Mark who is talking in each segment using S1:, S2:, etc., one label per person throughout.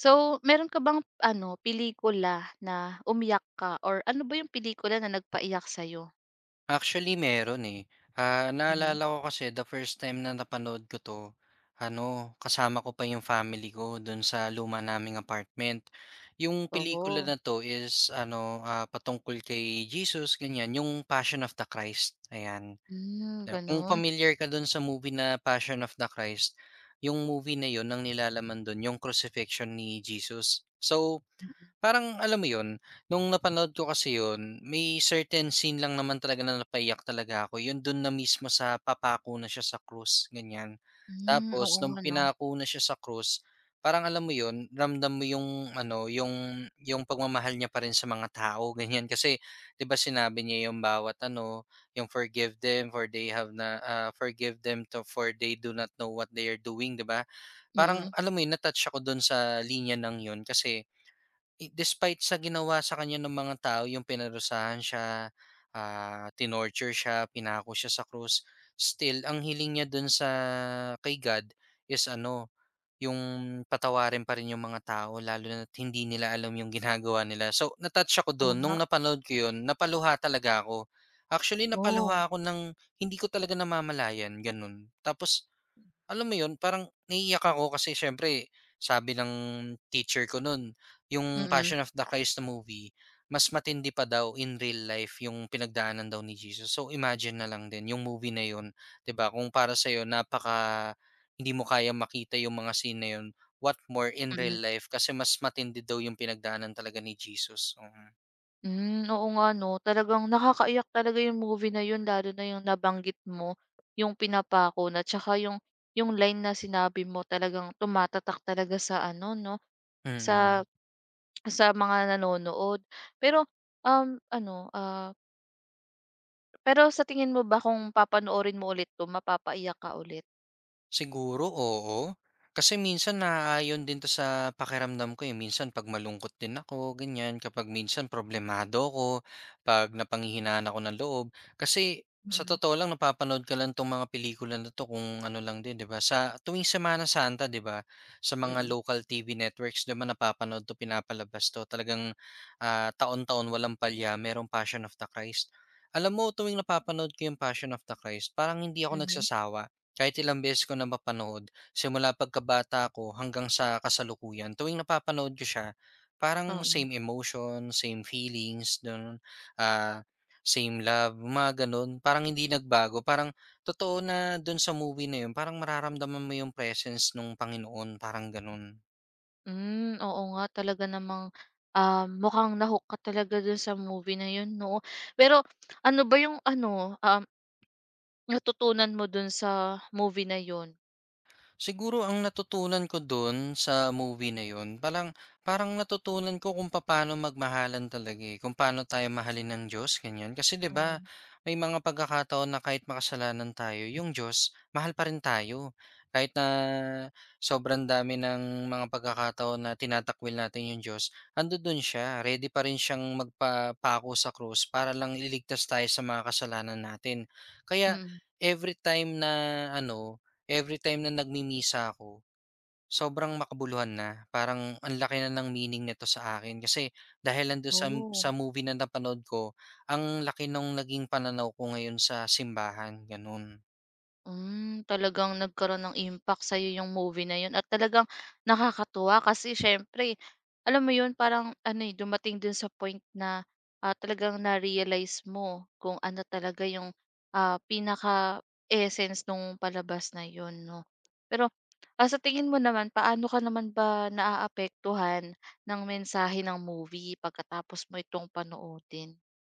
S1: So, meron ka bang ano, pelikula na umiyak ka or ano ba yung pelikula na nagpaiyak sa'yo?
S2: Actually meron, eh. Ah,
S1: Mhm.
S2: naalala ko kasi the first time na napanood ko 'to, ano, kasama ko pa yung family ko dun sa luma naming apartment. Yung pelikula
S1: Oo.
S2: na 'to is ano, patungkol kay Jesus, ganyan, yung Passion of the Christ, ayan.
S1: Hmm,
S2: Yeah, kung
S1: ganun.
S2: familiar ka dun sa movie na Passion of the Christ, yung movie na yun ang nilalaman dun yung crucifixion ni Jesus. So,
S1: Mm.
S2: parang alam mo 'yun, nung napanood ko kasi 'yun, may certain scene lang naman talaga na napaiyak talaga ako, 'yun dun na mismo sa papako na siya sa krus, ganyan.
S1: Hmm,
S2: Tapos
S1: oo
S2: nung
S1: nga 'no.
S2: pinako na siya sa krus, parang alam mo 'yun, ramdam mo yung ano, yung pagmamahal niya pa rin sa mga tao, ganyan, kasi 'di ba sinabi niya yung bawat ano, yung "Forgive them for they have na forgive them to for they do not know what they are doing," 'di ba? Parang
S1: Mm,
S2: alam mo 'yun, na-touch ako dun sa linya ng 'yun kasi I despite sa ginawa sa kanya ng mga tao, yung pinarusahan siya, ah, tinorture siya, pinako siya sa krus, still ang hiling niya dun sa kay God is ano, yung patawarin pa rin yung mga tao lalo na hindi nila alam yung ginagawa nila. So, na-touch ako dun nung
S1: tama.
S2: napanood ko yun, napaluha talaga ako. Actually,
S1: Oo,
S2: napaluha ako ng hindi ko talaga namamalayan, ganun. Tapos alam mo 'yun, parang naiiyak ako kasi siyempre sabi ng teacher ko nun, yung
S1: mm,
S2: Passion of the Christ na movie, mas matindi pa daw in real life yung pinagdaanan daw ni Jesus. So, imagine na lang din yung movie na 'yun, 'di ba? Kung para sa'yo napaka hindi mo kaya makita yung mga scene na 'yun, what more in real
S1: mm.
S2: life kasi mas matindi daw yung pinagdaanan talaga ni Jesus, oo. Mm.
S1: Hmm, oo nga 'no, talagang nakakaiyak talaga yung movie na yun lalo na yung nabanggit mo, yung pinapako na tsaka yung line na sinabi mo, talagang tumatatak talaga sa ano 'no,
S2: Mm,
S1: sa
S2: mm.
S1: sa mga nanonood. Pero, um, ano, ah Pero sa tingin mo ba kung papanoorin mo ulit 'to, mapapaiyak ka ulit?
S2: Siguro, oo. Kasi minsan naaayon din 'to sa pakiramdam ko, eh. Minsan 'pag malungkot din ako, ganyan. Kapag minsan problemado ako, 'pag napanghihinaan ako ng loob. Kasi sa
S1: Mm.
S2: totoo lang napapanood ko lang 'tong mga pelikula na 'to kung ano lang din, 'di ba, sa tuwing Semana Santa, 'di ba, sa mga
S1: Mm,
S2: local TV networks, 'di ba, napapanood 'to, pinapalabas 'to. Talagang, ah, taon-taon walang palya, merong Passion of the Christ. Alam mo tuwing napapanood ko yung Passion of the Christ, parang hindi ako
S1: mhm,
S2: nagsasawa. Kahit ilang beses ko na mapanood, simula pagkabata ko hanggang sa kasalukuyan, tuwing napapanood ko siya, parang
S1: oo.
S2: same emotion, same feelings, ganun, ah, same love, mga ganun. Parang hindi nagbago. Parang totoo na dun sa movie na yun, parang mararamdaman mo yung presence nung Panginoon, parang ganun.
S1: Hmm, oo nga talaga namang, mukhang na-hook ka talaga dun sa movie na yun 'no. Pero ano ba yung ano, um, natutunan mo dun sa movie na yun?
S2: Siguro ang natutunan ko dun sa movie na yun, parang parang natutunan ko kung paano magmahalan talaga, eh, kung paano tayo mahalin ng Diyos, ganyan. Kasi 'di ba,
S1: Mm,
S2: may mga pagkakataon na kahit makasalanan tayo, yung Diyos mahal pa rin tayo. Kahit na sobrang dami ng mga pagkakataon na tinatakwil natin yung Diyos, ando dun siya, ready pa rin siyang magpapako sa krus para lang iligtas tayo sa mga kasalanan natin. Kaya
S1: mm.
S2: every time na ano, every time na nagmimisa ako, sobrang makabuluhan na. Parang ang laki na ng meaning nito sa akin kasi dahil nando'n sa
S1: Oh.
S2: sa movie na napanood ko, ang laki nung naging pananaw ko ngayon sa simbahan, gano'n.
S1: Hmm, talagang nagkaroon ng impact sa'yo yung movie na yun at talagang nakakatuwa kasi siyempre, alam mo yun, parang ano, eh, dumating dun sa point na, talagang na-realize mo kung ano talaga yung, pinaka-essence nung palabas na yun 'no. Pero, sa tingin mo naman paano ka naman ba naaapektuhan ng mensahe ng movie pagkatapos mo itong panoorin?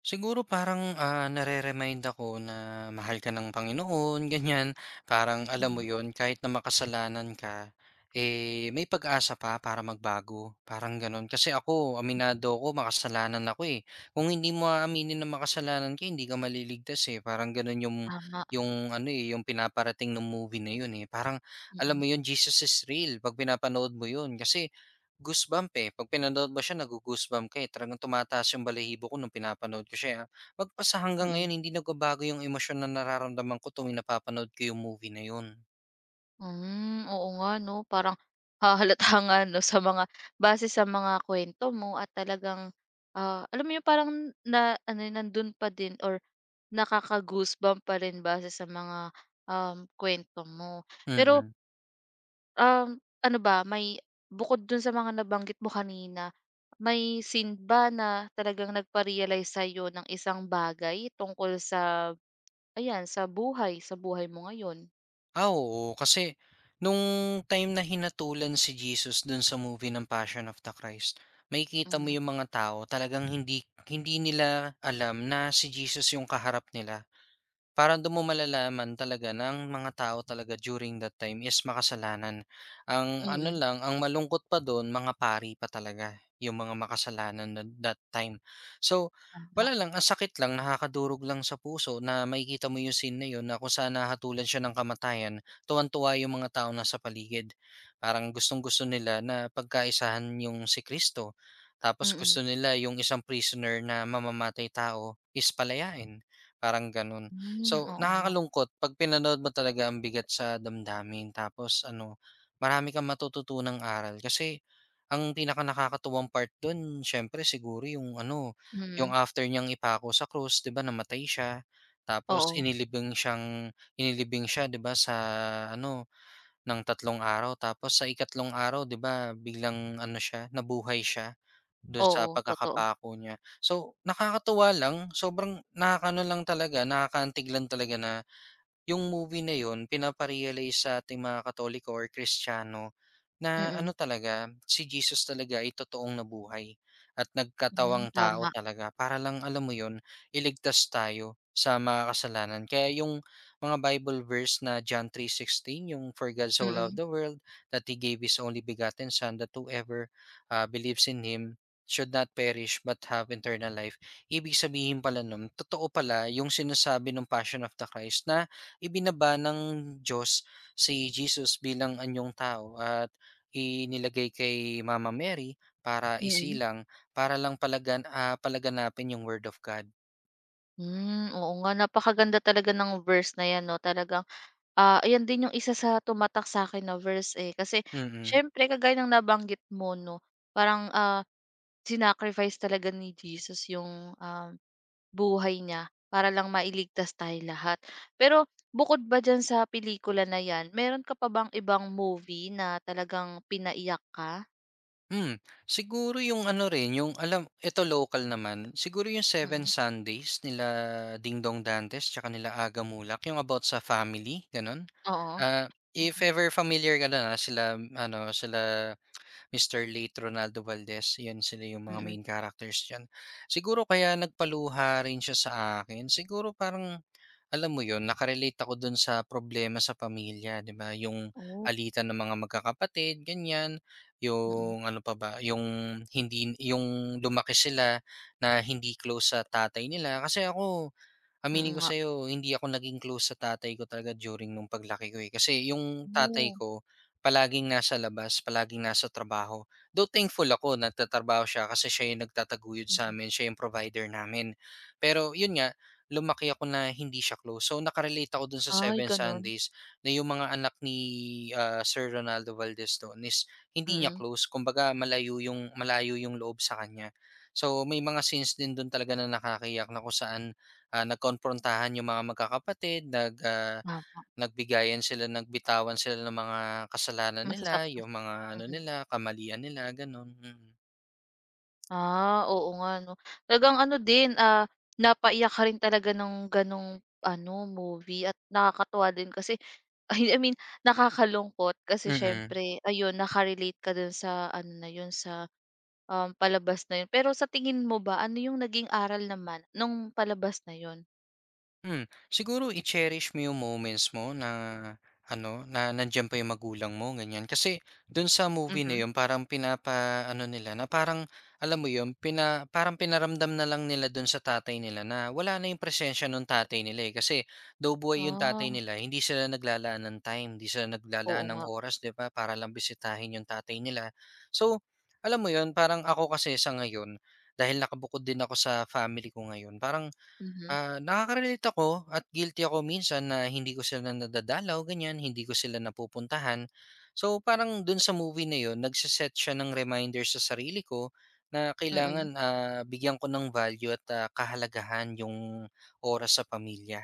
S2: Siguro parang, nare-remind ako na mahal ka ng Panginoon, ganyan. Parang alam
S1: Hmm.
S2: mo yon, kahit na makasalanan ka, eh, may pag-asa pa para magbago, parang gano'n. Kasi ako, aminado ako makasalanan ako, eh. Kung hindi mo aaminin na makasalanan ka, hindi ka maliligtas, eh. Parang gano'n yung
S1: Tama,
S2: ano, eh, yung pinaparating ng movie na 'yun, eh. Parang alam mo
S1: mm,
S2: 'yun, Jesus is real 'pag pinapanood mo 'yun kasi goosebump, eh, 'pag pinanood mo siya nago-goosebump ka, eh, talagang tumataas yung balahibo ko nung pinapanood ko siya, ah. Hanggang
S1: mm.
S2: ngayon hindi nagbabago yung emosyon na nararamdaman ko tuwing napapanood ko yung movie na yun.
S1: Hmm, oo nga 'no, parang hahalata nga 'no sa mga base sa mga kwento mo at talagang, alam mo 'yun, parang na ano, eh, nandun pa din or nakaka-goosebump pa rin base sa mga, kwento mo. Pero,
S2: Mm.
S1: um, ano ba, may bukod dun sa mga nabanggit mo kanina, may scene ba na talagang nagpa-realize sa'yo ng isang bagay tungkol sa ayan, sa buhay mo ngayon?
S2: Ah, oo, kasi nung time na hinatulan si Jesus dun sa movie ng Passion of the Christ, makikita mo
S1: Hmm,
S2: yung mga tao talagang hindi hindi nila alam na si Jesus yung kaharap nila. Parang dun mo malalaman talaga ng mga tao talaga during that time is makasalanan. Ang
S1: mm,
S2: ano
S1: mm,
S2: lang, ang malungkot pa dun mga pari pa talaga yung mga makasalanan na that time. So,
S1: tama,
S2: wala lang, ang sakit lang, nakakadurog lang sa puso na makikita mo yung scene na yun na kung saan nahatulan siya ng kamatayan, tuwang-tuwa yung mga tao na sa paligid. Parang gustong-gusto nila na pagkaisahan yung si Kristo. Tapos
S1: mm. Mm.
S2: gusto nila yung isang prisoner na mamamatay tao is palayain. Parang ganun.
S1: Hmm,
S2: So,
S1: oo nga.
S2: nakakalungkot 'pag pinanood mo talaga ang bigat sa damdamin tapos ano, marami kang matututunang aral kasi ang pinakanakakatuwang part dun siyempre siguro yung ano, yung
S1: Mm.
S2: after niyang ipako sa krus 'di ba namatay siya, tapos
S1: Oo.
S2: inilibing siya 'di ba sa ano, ng 3 araw tapos sa ikatlong araw 'di ba biglang ano siya, nabuhay siya. Dun sa
S1: Oo, totoo.
S2: pagkakapako niya. So, nakakatuwa lang sobrang nakakaano lang talaga, nakakaantig lang talaga na yung movie na yun pinapa sa'ting mga Katoliko or Kristiyano na
S1: Mm.
S2: ano talaga, si Jesus talaga ay totoong nabuhay at
S1: Hmm,
S2: nagkatawang tao
S1: tama.
S2: talaga para lang alam mo yun, iligtas tayo sa mga kasalanan. Kaya yung mga Bible verse na John 3:16 yung, "For God so loved
S1: Mm,
S2: the world that He gave His only begotten Son that whoever, ah, believes in Him should not perish but have eternal life." Ibig sabihin pala nun totoo pala yung sinasabi ng Passion of the Christ na ibinaba ng Diyos si Jesus bilang anyong tao at inilagay kay Mama Mary para
S1: mm.
S2: isilang, para lang palaganapin yung Word of God.
S1: Hmm, oo nga, napakaganda talaga ng verse na 'yan 'no, talagang. Ayan din yung isa sa tumatak sa'kin na verse, eh, kasi
S2: Mm.
S1: siyempre kagaya ng nabanggit mo 'no, parang, sinacrifice talaga ni Jesus yung, buhay niya para lang mailigtas tayo lahat. Pero bukod ba diyan sa pelikula na 'yan, meron ka pa bang ibang movie na talagang pinaiyak ka?
S2: Siguro yung ano rin, yung alam ito local naman, siguro yung Seven
S1: Mm,
S2: Sundays nila Ding Dong Dantes tsaka nila Aga Mulak, yung about sa family, gano'n.
S1: oo.
S2: Ah, if
S1: Mm,
S2: ever familiar ka na sila ano, sila Mr. Late Ronaldo Valdez, yun sila yung mga
S1: mm.
S2: main characters diyan. Siguro kaya nagpaluha rin siya sa akin, siguro parang alam mo yun, nakarelate ako dun sa problema sa pamilya, 'di ba? Yung
S1: Oh.
S2: alitan ng mga magkakapatid, ganyan.
S1: Mm, mm,
S2: Yung ano pa ba, yung hindi yung lumaki sila na hindi close sa tatay nila. Kasi ako,
S1: mm
S2: aminin ko
S1: nga.
S2: sa'yo hindi ako naging close sa tatay ko talaga during nung paglaki ko, eh. Kasi yung tatay
S1: Oh,
S2: ko palaging nasa labas, palaging nasa trabaho. Though thankful ako nagtatrabaho siya kasi siya yung nagtataguyod
S1: mm.
S2: sa
S1: Mm.
S2: amin, siya yung provider namin. Pero yun nga, lumaki ako na hindi siya close. So, naka-relate ako dun sa
S1: Ay
S2: Seven
S1: gano'n?
S2: Sundays na yung mga anak ni, ah, Sir Ronaldo Valdez dun is
S1: Mm,
S2: hindi niya
S1: mm.
S2: close. Kumbaga malayo yung loob sa kanya. So, may mga scenes din dun talaga na nakakaiyak na kung saan ah, nagkomprontahan yung mga magkakapatid,
S1: Tama.
S2: nagbigayan sila, nagbitawan sila ng mga kasalanan nila,
S1: Masasaktan.
S2: yung mga ano
S1: Mm.
S2: nila, kamalian nila, gano'n. Mm.
S1: Ah, oo nga 'no. Talagang ano din, napaiyak ka rin talaga ng gano'ng ano, movie at nakakatuwa din kasi ay, I mean, nakakalungkot kasi
S2: Mm.
S1: siyempre ayun, naka-relate ka dun sa ano na yun, sa, palabas na yun. Pero sa tingin mo ba, ano yung naging aral naman nung palabas na yun?
S2: Siguro i-cherish mo yung moments mo na ano, na nandiyan pa yung magulang mo, ganyan. Kasi do'n sa movie na
S1: Mhm.
S2: yun parang pinapa ano nila na parang alam mo yun, parang pinaramdam na lang nila do'n sa tatay nila na wala na yung presensya nung tatay nila, eh. Kasi though buhay yung tatay
S1: Ah,
S2: nila, hindi sila naglalaan ng time, hindi sila
S1: oo
S2: naglalaan ng
S1: nga.
S2: oras, 'di ba, para lang bisitahin yung tatay nila. So, alam mo yun, parang ako kasi sa ngayon, dahil nakabukod din ako sa family ko ngayon, parang
S1: Mhm.
S2: ah, nakaka-relate ako at guilty ako minsan na hindi ko sila nadadalaw, ganyan, hindi ko sila napupuntahan. So, parang dun sa movie na yun, nagse siya ng reminder sa sarili ko na
S1: Mm-mm.
S2: kailangan
S1: Mm.
S2: ah, bigyan ko ng value at ah, kahalagahan yung oras sa pamilya.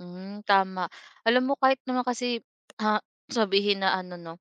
S1: Hmm, tama. Alam mo kahit naman kasi, ah, sabihin na ano 'no,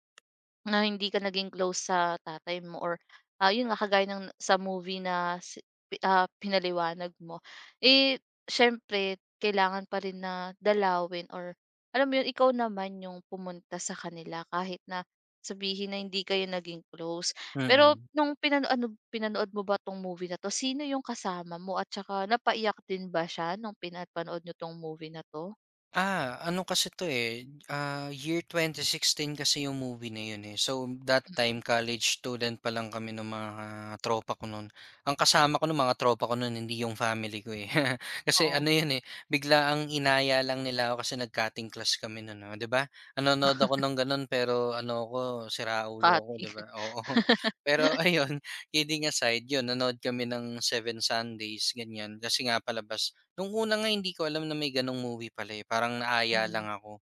S1: na hindi ka naging close sa tatay mo or, yun nga kagaya ng sa movie na pinaliwanag mo. Eh, siyempre kailangan pa rin na dalawin or alam mo yun, ikaw naman yung pumunta sa kanila kahit na sabihin na hindi kayo naging close.
S2: Mm.
S1: Pero
S2: Mm.
S1: nung pinanood mo ba 'tong movie na 'to, sino yung kasama mo at tsaka napaiyak din ba siya nung pinapanood niyo 'tong movie na 'to?
S2: Ah, ano kasi 'to, eh, ah, year 2016 kasi yung movie na yun, eh. So, that time
S1: Mm,
S2: college student pa lang kami nung mga tropa ko nun. Ang kasama ko nung mga tropa ko nun hindi yung family ko, eh. Kasi
S1: oo,
S2: ano yun, eh, bigla ang inaya lang nila ako kasi nag-cutting class kami nun, oh, 'di ba? Nanonood ako ng gano'n pero ano ako, siraulo ako,
S1: cutting.
S2: 'di ba? Oo. Pero ayun, kidding aside, yun nanood kami ng Seven Sundays, ganyan. Kasi nga palabas nung una nga hindi ko alam na may gano'ng movie pala, eh, parang naaya lang
S1: Mm,
S2: ako.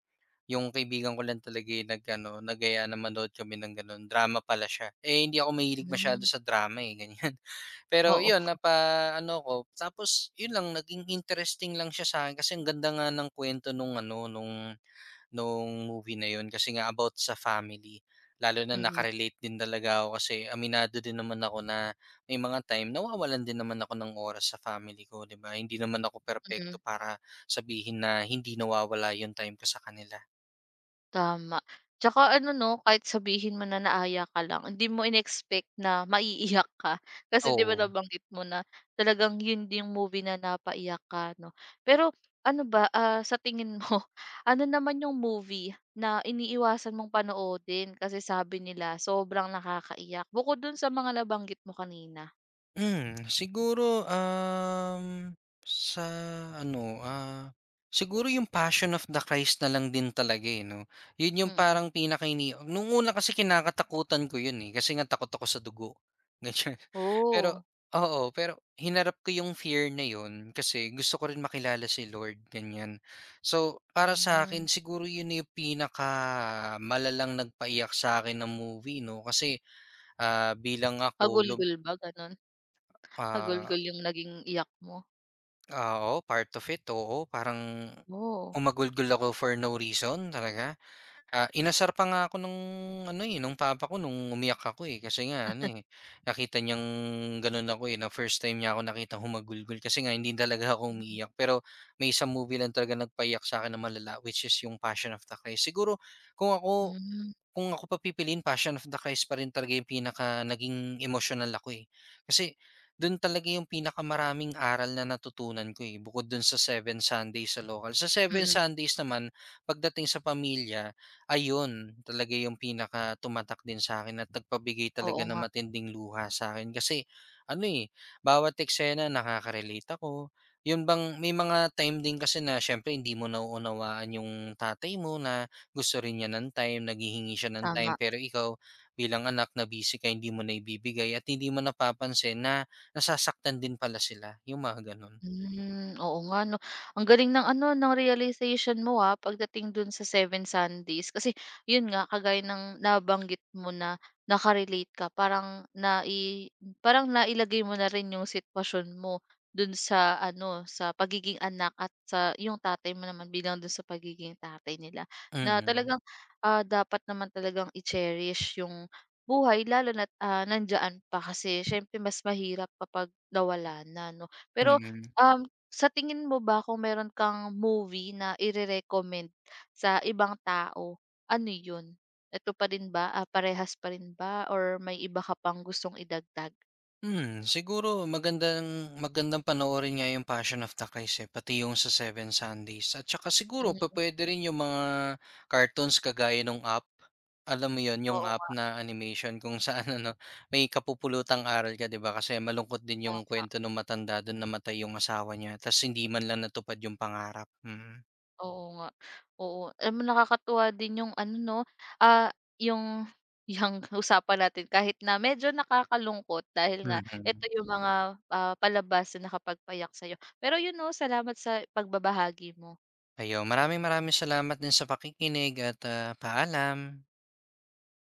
S2: Yung kaibigan ko lang talaga yung nag-ano, nag-aya na manood kami ng gano'n, drama pala siya. Eh, hindi ako mahilig masyado
S1: hmm,
S2: sa drama, eh, ganyan. Pero
S1: oo,
S2: yun, napa-ano ko, tapos yun lang, naging interesting lang siya sa'kin kasi ang ganda nga ng kwento nung ano, nung movie na yun kasi nga about sa family. Lalo na
S1: mm,
S2: nakarelate din talaga ako kasi aminado din naman ako na may mga time nawawalan din naman ako ng oras sa family ko, 'di ba? Hindi naman ako perpekto
S1: mm.
S2: para sabihin na hindi nawawala yung time ko sa kanila.
S1: Tama. Tsaka ano 'no, kahit sabihin mo na naaya ka lang, hindi mo inexpect na maiiyak ka. Kasi 'di ba
S2: Oo.
S1: nabanggit mo na talagang yun yung movie na napaiyak ka 'no. Pero ano ba, sa tingin mo, ano naman yung movie na iniiwasan mong panoodin kasi sabi nila sobrang nakakaiyak? Bukod dun sa mga nabanggit mo kanina.
S2: Siguro, sa ano, ah, siguro yung Passion of the Christ na lang din talaga, eh, 'no? Yun yung
S1: Mm.
S2: parang pinakaini nung una kasi kinakatakutan ko yun, eh, kasi nga takot ako sa dugo, ganyan.
S1: Oo.
S2: Pero oo, pero hinarap ko yung fear na yun kasi gusto ko rin makilala si Lord, ganyan. So,
S1: Oh,
S2: para sa akin
S1: mm.
S2: siguro yun na yung pinakamalalang nagpaiyak sa akin na movie 'no, kasi, ah, bilang ako lub
S1: Hagulgul ba ganun?
S2: ah,
S1: Hagulgul yung naging iyak mo?
S2: ah, oo, part of it, oo. Parang
S1: Oh,
S2: umagulgol ako for no reason talaga. Ah, inasar pa nga ako nung ano, eh, nung papa ko nung umiyak ako, eh, kasi nga ano, eh, nakita niyang gano'n ako, eh, na first time niya ako nakitang humagulgol kasi nga hindi talaga ako
S1: mm.
S2: umiiyak. Pero may isang movie lang talaga nagpaiyak sa'kin ng malala which is yung Passion of the Christ. Siguro kung ako
S1: Hmm,
S2: kung ako papipiliin Passion of the Christ pa rin talaga yung pinaka naging emotional ako, eh. Kasi dun talaga yung pinakamaraming aral na natutunan ko, eh, bukod dun sa seven Sundays sa local sa seven
S1: mm.
S2: Sundays naman pagdating sa pamilya ayun, talaga yung pinaka tumatak din sa akin at nagpabigay
S1: Oo
S2: talaga ng
S1: nga,
S2: matinding luha sa akin kasi ano, eh, bawat eksena nakaka-relate ako. Yun bang may mga time din kasi na siyempre hindi mo nauunawaan yung tatay mo na gusto rin niya ng time, naghihingi siya ng time,
S1: tama.
S2: pero ikaw bilang anak na busy ka hindi mo na ibibigay at hindi mo napapansin na nasasaktan din pala sila, yung mga ganun.
S1: Hmm, oo nga 'no. Ang galing ng ano, ng realization mo, pagdating dun sa Seven Sundays. Kasi yun nga, kagaya ng nabanggit mo na naka ka, parang nai parang nailagay mo na rin yung sitwasyon mo dun sa ano, sa pagiging anak at sa yung tatay mo naman bilang dun sa pagiging tatay nila. Na
S2: Mm,
S1: talagang, dapat naman talagang i-cherish yung buhay, lalo na nandiyan pa, kasi siyempre mas mahirap kapag nawala na 'no. Pero
S2: mm.
S1: Um, sa tingin mo ba kung meron kang movie na irerecommend sa ibang tao, ano yun? Eto pa rin ba, parehas pa rin ba or may iba ka pang gustong idagdag?
S2: Siguro magandang magandang panoorin nga yung Passion of the Christ, eh, pati yung sa Seven Sundays at saka siguro
S1: Mm,
S2: pupuwede rin yung mga cartoons kagaya nung Up. Alam mo yun, yung
S1: oo
S2: app
S1: nga,
S2: na animation kung saan ano, may kapupulutang aral ka, 'di ba? Kasi malungkot din
S1: tam
S2: yung kwento nung matanda dun, namatay yung asawa niya ta's hindi man lang natupad yung pangarap, mm.
S1: oo nga, oo. Alam mo nakakatuwa din yung ano 'no, ah, yung yung usapan natin kahit na medyo nakakalungkot dahil nga
S2: Mm.
S1: eto yung mga, palabas na nakapagpayak sa'yo. Pero yun 'no, salamat sa pagbabahagi mo.
S2: Ayun, maraming maraming salamat din sa pakikinig at, ah, paalam.